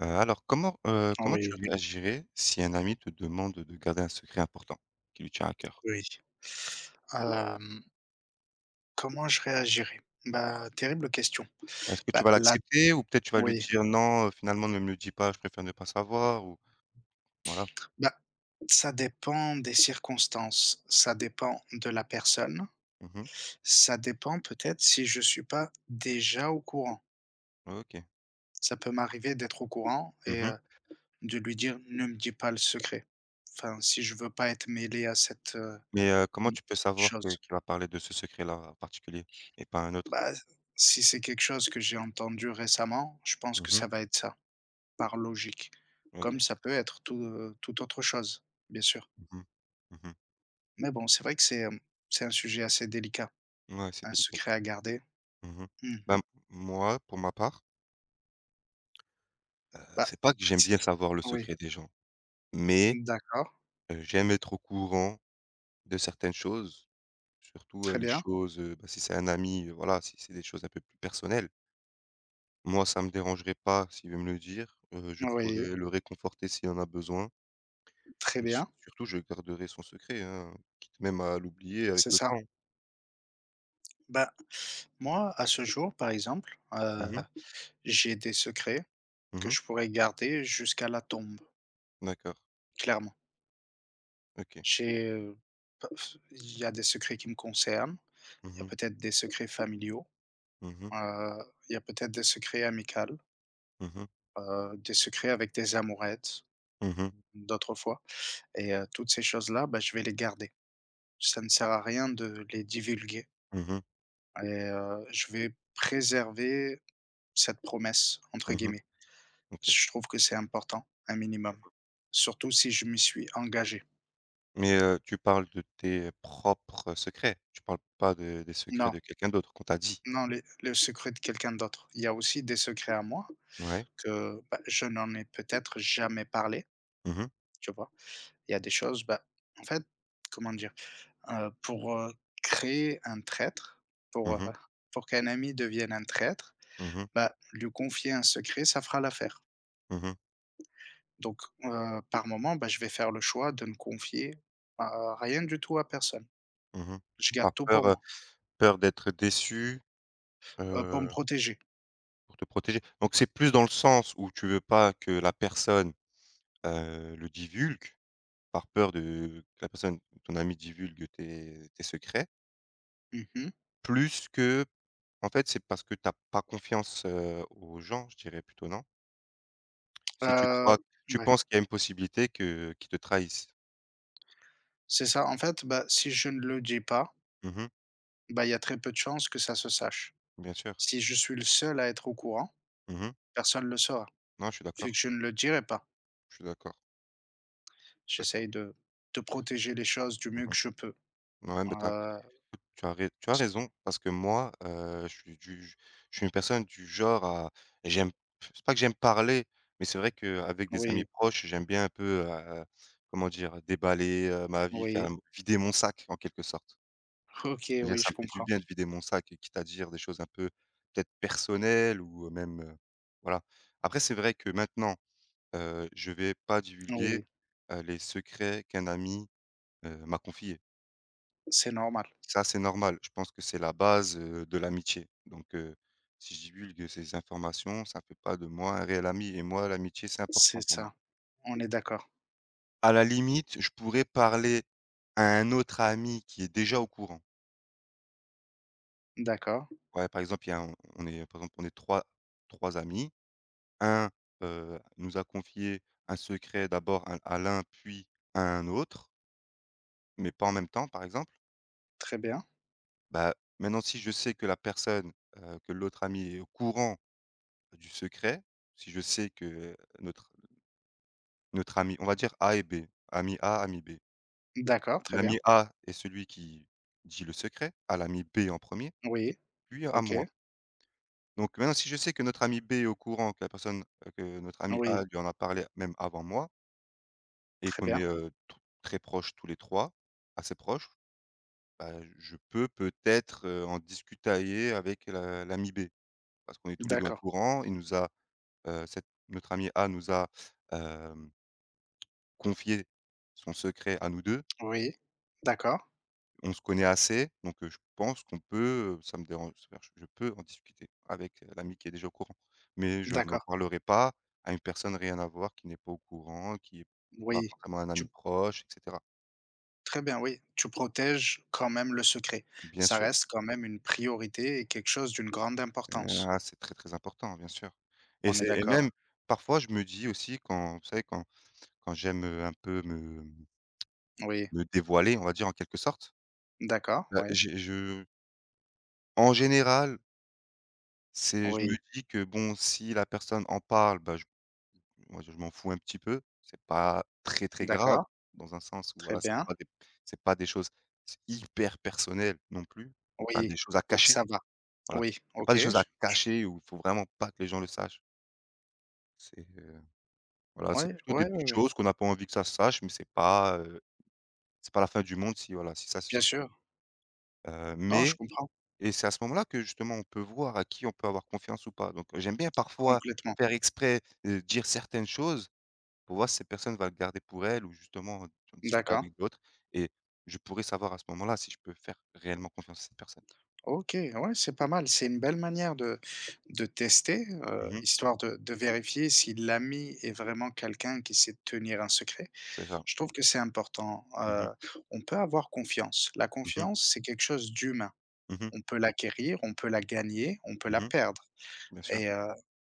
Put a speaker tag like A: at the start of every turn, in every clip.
A: Alors comment, comment tu
B: Oui,
A: réagirais si un ami te demande de garder un secret important qui lui tient à cœur?
B: oui. Hem, Comment je réagirais? Bah, terrible question.
A: Est-ce que tu
B: Bah,
A: vas
B: là
A: l'accepter ou peut-être tu vas lui
B: oui,
A: dire: «Non, finalement ne me le dis pas, je préfère ne pas savoir» ou voilà?
B: bah, ça dépend des circonstances, ça dépend de la personne,
A: Mmh.
B: ça dépend peut-être si je suis pas déjà au courant.
A: OK.
B: Ça peut m'arriver d'être au courant et
A: Mmh.
B: de lui dire: «Ne me dis pas le secret». Enfin, si je veux pas être mêlé à cette,
A: Mais, comment
B: mmh,
A: tu peux savoir que
B: chose.
A: qu'il va parler de ce secret-là en particulier et pas un autre?
B: Bah, si c'est quelque chose que j'ai entendu récemment, je pense que
A: Mmh.
B: ça va être ça. Par logique, comme
A: OK.
B: ça peut être tout, toute autre chose, bien sûr.
A: Mmh mh. Mmh.
B: Mais bon, c'est vrai que c'est, c'est un sujet assez délicat,
A: Ouais, c'est
B: un
A: délicat.
B: secret à garder.
A: Mmh.
B: Mmh,
A: Ben, moi, pour ma part,
B: bah,
A: c'est pas que j'aime
B: c'est
A: bien savoir le
B: oui,
A: secret des gens, mais,
B: d'accord,
A: j'aime être au courant de certaines choses. Surtout,
B: très
A: les
B: bien.
A: choses, bah, si c'est un ami, voilà, si c'est des choses un peu plus personnelles. Moi, ça me dérangerait pas s'il veut me le dire, je
B: Oui,
A: pourrais le réconforter s'il en a besoin
B: très
A: et su
B: bien,
A: surtout je garderai son secret, hein, quitte même à l'oublier
B: c'est
A: avec le
B: ça.
A: temps.
B: Bah, moi, à ce jour, par exemple,
A: Mmh mh.
B: j'ai des secrets que
A: Mmh.
B: je pourrais garder jusqu'à la tombe,
A: D'accord.
B: clairement.
A: OK.
B: J'ai, paf il y a des secrets qui me concernent, il
A: Mmh
B: y a
A: mh.
B: peut-être des secrets familiaux,
A: Mmh mh.
B: heu, il y a peut-être des secrets amicaux.
A: Mmh mh.
B: Des secrets avec des amourettes
A: Mmh.
B: d'autres fois et toutes ces choses-là, bah, je vais les garder. Ça ne sert à rien de les divulguer
A: Mmh.
B: et je vais préserver cette «promesse» entre
A: Mmh.
B: guillemets.
A: OK.
B: Je trouve que c'est important, un minimum, surtout si je m'y suis engagé.
A: Mais, tu parles de tes propres secrets? Tu parles pas de des secrets
B: Non,
A: de quelqu'un d'autre qu'on t'a dit?
B: non, les le secret de quelqu'un d'autre. Il y a aussi des secrets à moi
A: Ouais.
B: que, bah, je n'en ai peut-être jamais parlé,
A: Mmh mh.
B: tu vois? Il y a des choses, bah, en fait, comment dire? Pour, créer un traître, pour,
A: Mmh
B: heu,
A: mh.
B: pour qu'un ami devienne un traître,
A: Mmh mh.
B: bah, lui confier un secret, ça fera l'affaire.
A: Mmh.
B: Donc, par moment, bah, je vais faire le choix de ne confier, heu, rien du tout à personne.
A: Mmh.
B: Je
A: Par
B: garde tout pour
A: peur,
B: moi,
A: peur d'être déçu,
B: pour
A: heu,
B: me protéger.
A: pour te protéger. Donc c'est plus dans le sens où tu veux pas que la personne, le divulgue, par peur de que la personne, ton ami divulgue tes secrets,
B: Mmh mh.
A: plus que en fait, c'est parce que tu as pas confiance, aux gens, je dirais plutôt, non? Si tu
B: Euh,
A: crois tu
B: ouais,
A: penses qu'il y a une possibilité que qu'ils te trahissent.
B: c'est ça. En fait, bah, si je ne le dis pas,
A: Mmh.
B: bah, il y a très peu de chances que ça se sache.
A: Bien sûr.
B: Si je suis le seul à être au courant,
A: Mmh.
B: personne ne le saura,
A: Non,
B: vu que je ne le dirai pas.
A: je suis d'accord, d'accord.
B: J'essaye de protéger les choses du
A: Mmh
B: mieux que je peux.
A: mh. Ouais, mais tu écoute,
B: Heu,
A: tu as raison parce que moi, je suis une personne du genre à j'aime c'est pas que j'aime parler, mais c'est vrai qu'avec des amis
B: oui,
A: proches, j'aime bien un peu, comment dire? Déballer, ma vie, faire
B: oui.
A: vider mon sac en quelque sorte.
B: OK,
A: C'est-à-dire
B: oui,
A: ça
B: je
A: me fait du
B: comprends.
A: bien de vider mon sac et quitte à dire des choses un peu peut-être personnelles ou, même, voilà. Après c'est vrai que maintenant, je vais pas divulguer,
B: Oui,
A: les secrets qu'un ami, m'a confiés.
B: c'est normal.
A: Ça, c'est normal. Je pense que c'est la base, de l'amitié. Donc si je divulgue ces informations, ça ne fait pas de moi un réel ami et moi, l'amitié, c'est important
B: C'est
A: pour moi.
B: ça, on est d'accord.
A: À la limite, je pourrais parler à un autre ami qui est déjà au courant.
B: D'accord,
A: Ouais, par exemple, il y a on est par exemple, on est trois, trois amis. Un, nous a confié un secret d'abord à l'un, puis à un autre, mais pas en même temps, par exemple.
B: très bien.
A: Bah, maintenant si je sais que la personne, que l'autre ami est au courant du secret, si je sais que notre ami, on va dire A et B, ami A, ami B.
B: D'accord, très bien.
A: L'ami A est celui qui dit le secret à l'ami B en premier
B: Oui,
A: puis à
B: OK.
A: moi. Donc maintenant, si je sais que notre ami B est au courant que la personne, que notre ami
B: Oui,
A: A lui en a parlé même avant moi et
B: très
A: qu'on est,
B: bien.
A: tr très proches tous les 3 assez proches, bah, je peux peut-être, en discutailler avec la l'ami B. Parce qu'on est tous les 2 au
B: D'accord.
A: courant, cette notre ami A nous a, confier son secret à nous 2.
B: Oui. D'accord,
A: On se connaît assez, donc je pense qu'on peut, ça me dérange je peux en discuter avec l'ami qui est déjà au courant. Mais je n'en
B: d'accord.
A: parlerai pas à une personne rien à voir, qui n'est pas au courant, qui n'est pas
B: Oui.
A: forcément un
B: Tu
A: ami proche et cetera.
B: Très bien, oui, tu protèges quand même le secret.
A: Bien
B: Ça
A: sûr,
B: reste quand même une priorité et quelque chose d'une grande importance.
A: ah, c'est très, très important, bien sûr. Et
B: On est
A: c'est et
B: d'accord?
A: même parfois je me dis aussi quand vous savez quand j'aime, un peu me
B: Oui.
A: me dévoiler, on va dire en quelque sorte,
B: D'accord,
A: bah,
B: oui.
A: j'ai je en général C'est je me
B: Oui.
A: dis que bon, si la personne en parle, bah, je moi, je m'en fous un petit peu. C'est pas très, très grave
B: D'accord,
A: dans un sens où
B: très
A: voilà, c'est
B: bien.
A: pas des c'est pas des choses hyper personnelles non plus, enfin
B: Oui,
A: des choses à
B: donc
A: cacher,
B: ça va.
A: voilà.
B: Oui,
A: C'est pas
B: OK,
A: des choses à cacher où il faut vraiment pas que les gens le sachent. C'est, voilà, c'est
B: ouais,
A: plutôt des
B: ouais,
A: petites
B: ouais, ouais,
A: choses qu'on n'a pas envie que ça se sache, mais c'est pas la fin du monde si voilà, si ça se
B: bien
A: fait.
B: sûr.
A: Heu,
B: Non, je
A: mais
B: comprends
A: Et c'est à ce moment-là que justement on peut voir à qui on peut avoir confiance ou pas. Donc, j'aime bien parfois
B: complètement.
A: faire exprès, dire certaines choses pour voir si cette personne va le garder pour elle ou justement en discuter
B: D'accord.
A: avec d'autres et je pourrais savoir à ce moment-là si je peux faire réellement confiance à cette personne.
B: OK, ouais, c'est pas mal. C'est une belle manière de tester,
A: Mmh.
B: histoire de vérifier si l'ami est vraiment quelqu'un qui sait tenir un secret.
A: C'est ça.
B: Je trouve que c'est important.
A: Mmh mh.
B: On peut avoir confiance. La
A: Mmh mh.
B: confiance, c'est quelque chose d'humain.
A: Mmh.
B: On peut l'acquérir, on peut la gagner, on peut la
A: Mmh.
B: perdre.
A: Bien sûr.
B: Et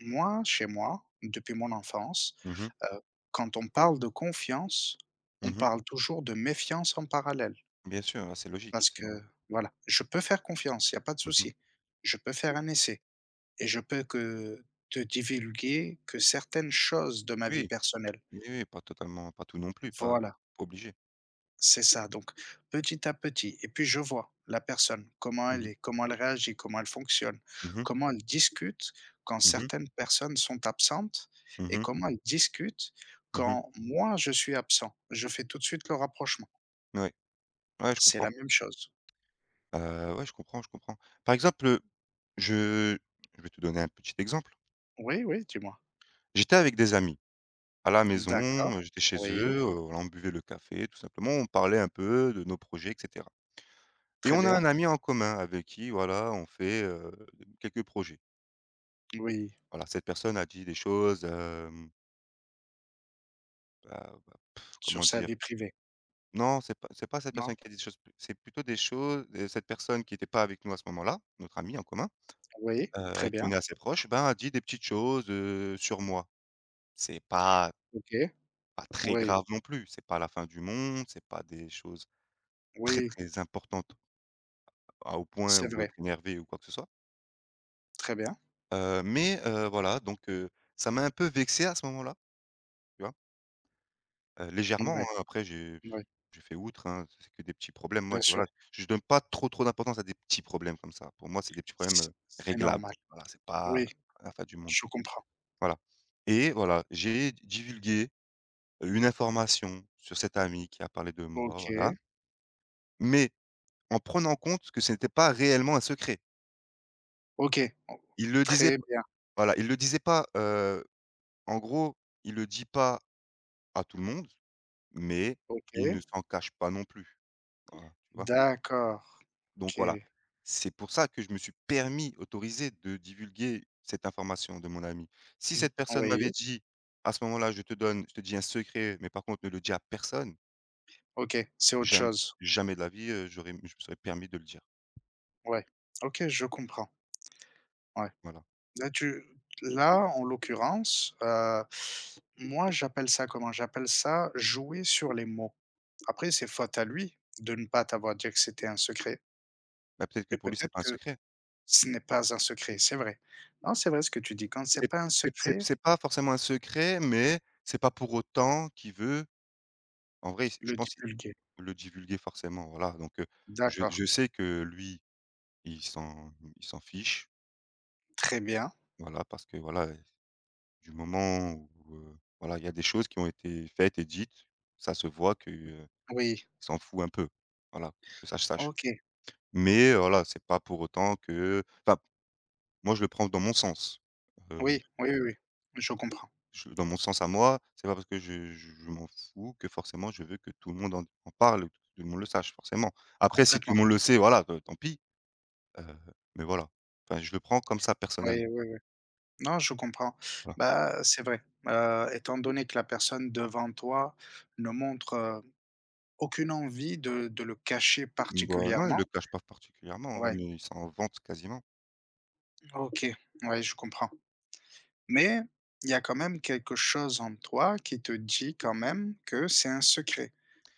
B: moi, chez moi, depuis mon enfance,
A: Mmh mh.
B: heu, quand on parle de confiance, on
A: Mmh.
B: parle toujours de méfiance en parallèle.
A: Bien sûr, ah, c'est logique,
B: Parce
A: c'est normal.
B: que voilà, je peux faire confiance, il n'y a pas de
A: Mmh.
B: souci. Je peux faire un essai et je peux que te divulguer que certaines choses de ma vie
A: Oui,
B: personnelle.
A: oui, oui, pas totalement pas tout non plus, pas
B: Voilà.
A: obligé.
B: C'est ça, donc petit à petit et puis je vois la personne, comment
A: Mmh
B: elle
A: mh.
B: est, comment elle réagit, comment elle fonctionne,
A: Mmh mh.
B: comment elle discute quand
A: Mmh.
B: certaines personnes sont absentes et
A: Mmh.
B: comment elle discute
A: Mmh.
B: quand moi je suis absent. Je fais tout de suite le rapprochement.
A: Ouais. Ouais, je
B: C'est la
A: comprends.
B: même chose.
A: Ouais, je comprends, je comprends. Par exemple, je je vais te donner un petit exemple.
B: Oui, oui, dis-moi.
A: J'étais avec des amis à la maison,
B: D'accord.
A: j'étais chez
B: Oui,
A: eux, voilà, on buvait le café tout simplement, on parlait un peu de nos projets et cetera et
B: très
A: on a un
B: bien.
A: ami en commun avec qui, voilà, on fait, quelques projets.
B: Oui,
A: Voilà, cette personne a dit des choses, bah bah,
B: sur
A: comment
B: sa
A: dire?
B: vie privée.
A: Non, c'est pas cette
B: Non?
A: personne qui a dit des choses, c'est plutôt des choses et cette personne qui était pas avec nous à ce moment-là, notre ami en commun,
B: Oui, très
A: avec qui on
B: bien.
A: est assez proche, ben, a dit des petites choses, sur moi. C'est pas
B: OK.
A: pas très
B: Oui,
A: grave non plus, c'est pas la fin du monde, c'est pas des choses très,
B: oui,
A: très importantes à au point
B: c'est
A: où
B: vrai.
A: être énervé ou quoi que ce soit.
B: Très bien.
A: Mais voilà donc ça m'a un peu vexé à ce moment-là, tu vois?
B: Oui,
A: Légèrement, hein, après j'ai
B: oui,
A: j'ai fait outre, hein, c'est que des petits problèmes. Moi,
B: bien
A: voilà,
B: sûr.
A: je donne pas trop, trop d'importance à des petits problèmes comme ça. Pour moi, c'est des petits problèmes,
B: C'est c'est
A: réglables.
B: normal.
A: Voilà, c'est pas
B: Oui.
A: la fin du monde,
B: Je comprends.
A: voilà et voilà, j'ai divulgué une information sur cet ami qui a parlé de moi, voilà,
B: OK,
A: mais en prenant en compte que ce n'était pas réellement un secret.
B: OK, oh,
A: Il le disait
B: très bien.
A: voilà, il le disait pas, en gros, il le dit pas à tout le monde, mais il ne
B: OK,
A: s'en cache pas non plus, voilà, tu vois?
B: d'accord.
A: Donc voilà,
B: OK,
A: c'est pour ça que je me suis permis, autorisé de divulguer cette information de mon ami. Si
B: mmh,
A: cette personne m'avait
B: oui,
A: dit: «À ce moment-là, je te dis un secret, mais par contre ne le dis à personne»,
B: OK, c'est autre
A: jamais,
B: chose.
A: jamais de la vie, j'aurais je me serais permis de le dire,
B: Ouais. OK, je comprends. Ouais.
A: voilà.
B: Là, tu là, en l'occurrence, moi, j'appelle ça comment? J'appelle ça jouer sur les mots. Après, c'est faute à lui de ne pas t'avoir dit que c'était un secret
A: Bah, peut-être que
B: et
A: pour lui, c'est
B: peut-être
A: pas un
B: que
A: secret.
B: ce n'est pas un secret, c'est vrai. Non, c'est vrai ce que tu dis. Quand c'est
A: C'est
B: pas un
A: c'est c'est
B: secret,
A: c'est pas forcément un secret, mais c'est pas pour autant qu'il veut en vrai, je
B: le
A: pense qu'il
B: divulguer.
A: le divulguer forcément, voilà, donc je
B: D'accord,
A: je sais que lui, il s'en il s'en fiche,
B: très bien.
A: voilà, parce que, voilà, du moment où, voilà, il y a des choses qui ont été faites et dites, ça se voit que,
B: Oui,
A: il s'en fout un peu, voilà, que ça je sache.
B: OK.
A: Mais, voilà, c'est pas pour autant que enfin, moi je le prends dans mon sens. Heu
B: Oui, oui, oui, oui, je comprends
A: Je dans mon sens à moi, c'est pas parce que je m'en fous que forcément je veux que tout le monde en parle, que tout le monde le sache, forcément. Après si tout
B: complètement.
A: le monde le sait, voilà, tant pis, heu, mais voilà. Enfin, je le prends comme ça personnellement,
B: Oui, oui, oui. Non, je comprends.
A: voilà.
B: Bah, c'est vrai. Étant donné que la personne devant toi ne montre, aucune envie de le cacher
A: Bah, non, il le
B: particulièrement.
A: cache pas particulièrement, hein, même
B: Ouais,
A: il s'en vante quasiment.
B: OK, ouais, je comprends. Mais il y a quand même quelque chose en toi qui te dit quand même que c'est un secret,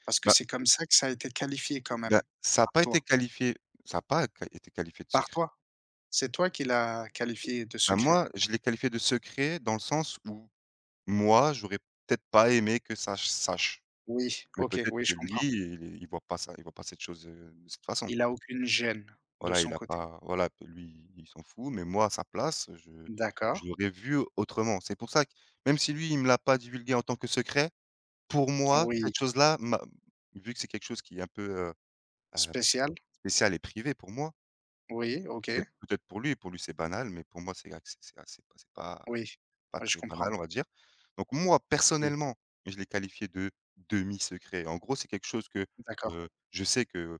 B: parce que
A: Bah
B: c'est comme ça que ça a été qualifié quand
A: bah,
B: même par toi
A: ça a pas qua été qualifié de
B: par
A: secret.
B: toi. C'est toi qui l'a qualifié de
A: Bah,
B: secret.
A: moi, je l'ai qualifié de secret dans le sens où moi, j'aurais peut-être pas aimé que ça je sache,
B: Oui,
A: mais
B: OK,
A: peut-être
B: oui,
A: que
B: je
A: lui,
B: comprends.
A: il voit pas ça, il voit pas cette chose, de cette façon.
B: Il a aucune gêne de
A: Voilà, il
B: son
A: a
B: côté.
A: pas voilà, lui, il s'en fout, mais moi, à sa place, je
B: D'accord,
A: je l'aurais vu autrement. C'est pour ça que même si lui, il me l'a pas divulgué en tant que secret, pour moi,
B: oui.
A: cette chose-là m'a vu que c'est quelque chose qui est un peu, heu,
B: Spécial?
A: spécial et privé pour moi,
B: Oui, OK,
A: peut-être pour lui, c'est banal, mais pour moi, c'est acc c'est assez pas c'est pas
B: oui.
A: pas
B: Ouais, je
A: très
B: comprends,
A: banal, on va dire. Donc moi,
B: oui.
A: personnellement, je l'ai qualifié de demi-secret. En gros, c'est quelque chose que,
B: D'accord,
A: je sais qu'il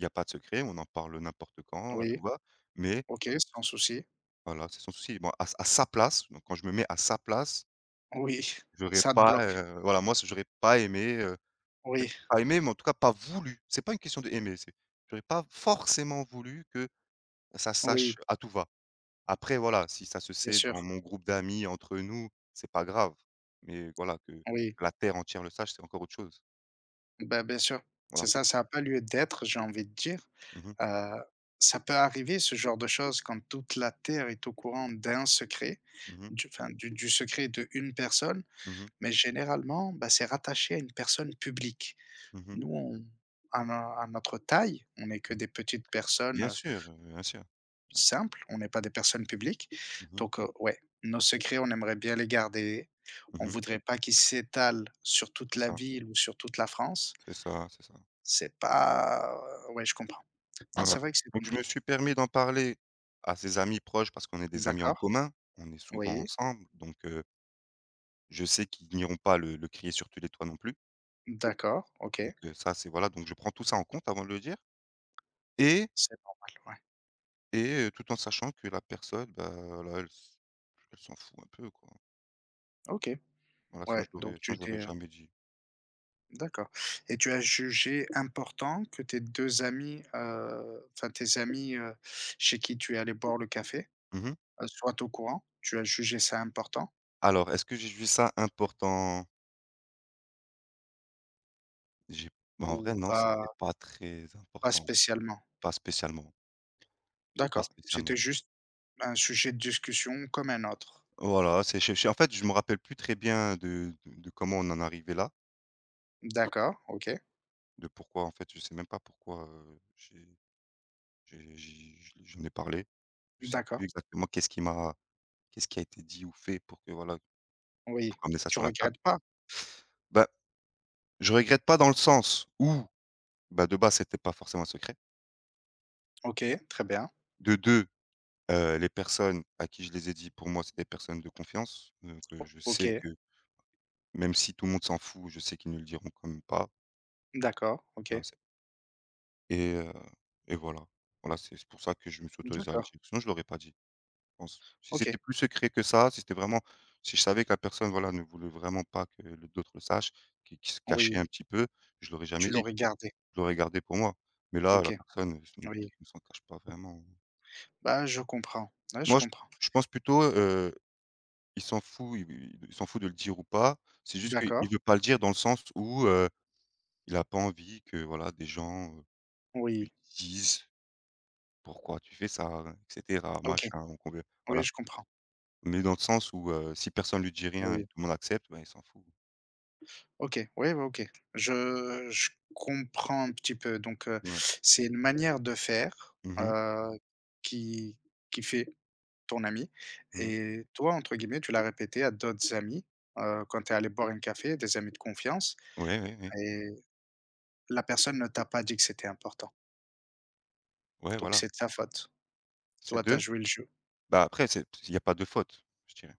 A: n'y a pas de secret, on en parle n'importe quand, à
B: oui.
A: tout va, mais
B: OK, sans souci.
A: voilà, c'est son souci. Bon, à sa place, donc quand je me mets à sa place,
B: Oui,
A: j'aurais
B: ça te
A: pas,
B: bloque.
A: voilà, moi, c j'aurais pas aimé,
B: Oui,
A: peut-être pas aimé, mais en tout cas pas voulu. C'est pas une question d'aimer, c'est j'aurais pas forcément voulu que ça sache
B: oui,
A: à tout va. Après, voilà, si ça se
B: bien
A: sait dans
B: sûr,
A: mon groupe d'amis, entre nous, c'est pas grave, mais voilà, que
B: oui.
A: la terre entière le sache, c'est encore autre chose.
B: Ben bien sûr.
A: Voilà,
B: C'est
A: en fait.
B: ça, ça a pas lieu d'être, j'ai envie de dire.
A: Mmh mh.
B: Heu, Ça peut arriver ce genre de choses quand toute la terre est au courant d'un secret,
A: Mmh mh.
B: du enfin, du secret de une personne,
A: Mmh.
B: mais généralement, bah, c'est rattaché à une personne publique.
A: Mmh.
B: Nous, on à notre taille, on n'est que
A: Mmh.
B: des petites personnes,
A: Bien sûr, bien sûr.
B: simples, on n'est pas des personnes publiques.
A: Mmh mh.
B: Donc, ouais, nos secrets, on aimerait bien les garder. On
A: Mmh.
B: voudrait pas qu'ils s'étalent sur toute
A: C'est
B: la
A: ça,
B: ville ou sur toute la France.
A: c'est ça, c'est ça.
B: C'est pas Ouais, je comprends. Non,
A: Voilà.
B: c'est vrai que c'est
A: Donc je me
B: compliqué.
A: suis permis d'en parler à ses amis proches parce qu'on est des amis en
B: D'accord,
A: commun, on est souvent
B: oui,
A: ensemble, donc je sais qu'ils n'iront pas le crier sur tous les toits non plus.
B: d'accord, OK.
A: Donc ça, c'est voilà, donc je prends tout ça en compte avant de le dire et
B: C'est normal, ouais.
A: et tout en sachant que la personne, bah, voilà, elle s'en fout un peu, quoi.
B: OK,
A: Voilà,
B: ouais, donc
A: sinon
B: tu
A: je l'aurais
B: t'es
A: jamais dit.
B: d'accord et tu as jugé important que tes 2 amis, enfin tes amis, chez qui tu es allé boire le café,
A: Mmh mh.
B: soient au courant? Tu as jugé ça important
A: Alors est-ce que j'ai vu ça important? J'ai Bah, en vrai
B: ou
A: non, c'était
B: pas
A: pas très
B: pas
A: important,
B: spécialement?
A: pas spécialement, pas
B: D'accord, c'était
A: spécialement.
B: juste un sujet de discussion comme un autre.
A: Voilà, c'est je en fait, je me rappelle plus très bien de comment on en est arrivé là,
B: D'accord, OK.
A: de pourquoi en fait, je sais même pas pourquoi, j'en ai parlé. Je sais
B: D'accord,
A: plus exactement qu'est-ce qui a été dit ou fait pour que voilà, pour
B: oui.
A: ramener ça
B: Tu
A: sur la table.
B: regrettes pas?
A: Bah, je regrette pas dans le sens où, bah, de base, c'était pas forcément secret.
B: OK, très bien.
A: De deux, les personnes à qui je les ai dit, pour moi, c'est des personnes de confiance, donc je
B: OK,
A: sais que même si tout le monde s'en fout, je sais qu'ils ne le diront quand même pas.
B: d'accord,
A: Voilà.
B: OK.
A: Et heu et voilà. Voilà, c'est pour ça que je me suis autorisé à le
B: D'accord,
A: dire. Sinon je l'aurais pas dit, je pense. Si c'était
B: OK,
A: plus secret que ça, si c'était vraiment si je savais que la personne, voilà, ne voulait vraiment pas que le d'autres le sachent, qui se cachait
B: oui.
A: un petit peu, je l'aurais jamais
B: Tu
A: dit.
B: l'aurais gardé?
A: Je l'aurais gardé pour moi. Mais là, la
B: OK,
A: personne, elle se ne
B: oui.
A: ne s'en cache pas vraiment.
B: Bah, je comprends. Ouais, je
A: Moi, je
B: comprends.
A: je pense plutôt, il s'en fout, il s'en fout de le dire ou pas. C'est juste qu'il
B: D'accord,
A: veut pas le dire dans le sens où, il a pas envie que, voilà, des gens,
B: oui.
A: lui disent, Pourquoi tu fais ça? Et cetera,
B: OK.
A: machin, donc on veut,
B: Oui,
A: voilà.
B: je comprends.
A: Mais dans le sens où, si personne lui dit rien et
B: Oui.
A: tout le monde accepte, bah, il s'en fout.
B: OK, oui, oui, OK. Je comprends un petit peu. Donc,
A: Ouais.
B: c'est une manière de faire,
A: Mmh mh.
B: qui fait ton ami
A: Mmh mh.
B: et toi, entre guillemets, tu l'as répété à d'autres amis, quand tu es allé boire un café, des amis de confiance
A: Ouais, ouais, ouais.
B: et la personne ne t'a pas dit que c'était important.
A: Ouais,
B: Donc
A: voilà.
B: c'est de sa faute.
A: C'est
B: Toi, tu as
A: 2.
B: joué le jeu.
A: Bah, après c'est il y a pas de faute, je dirais.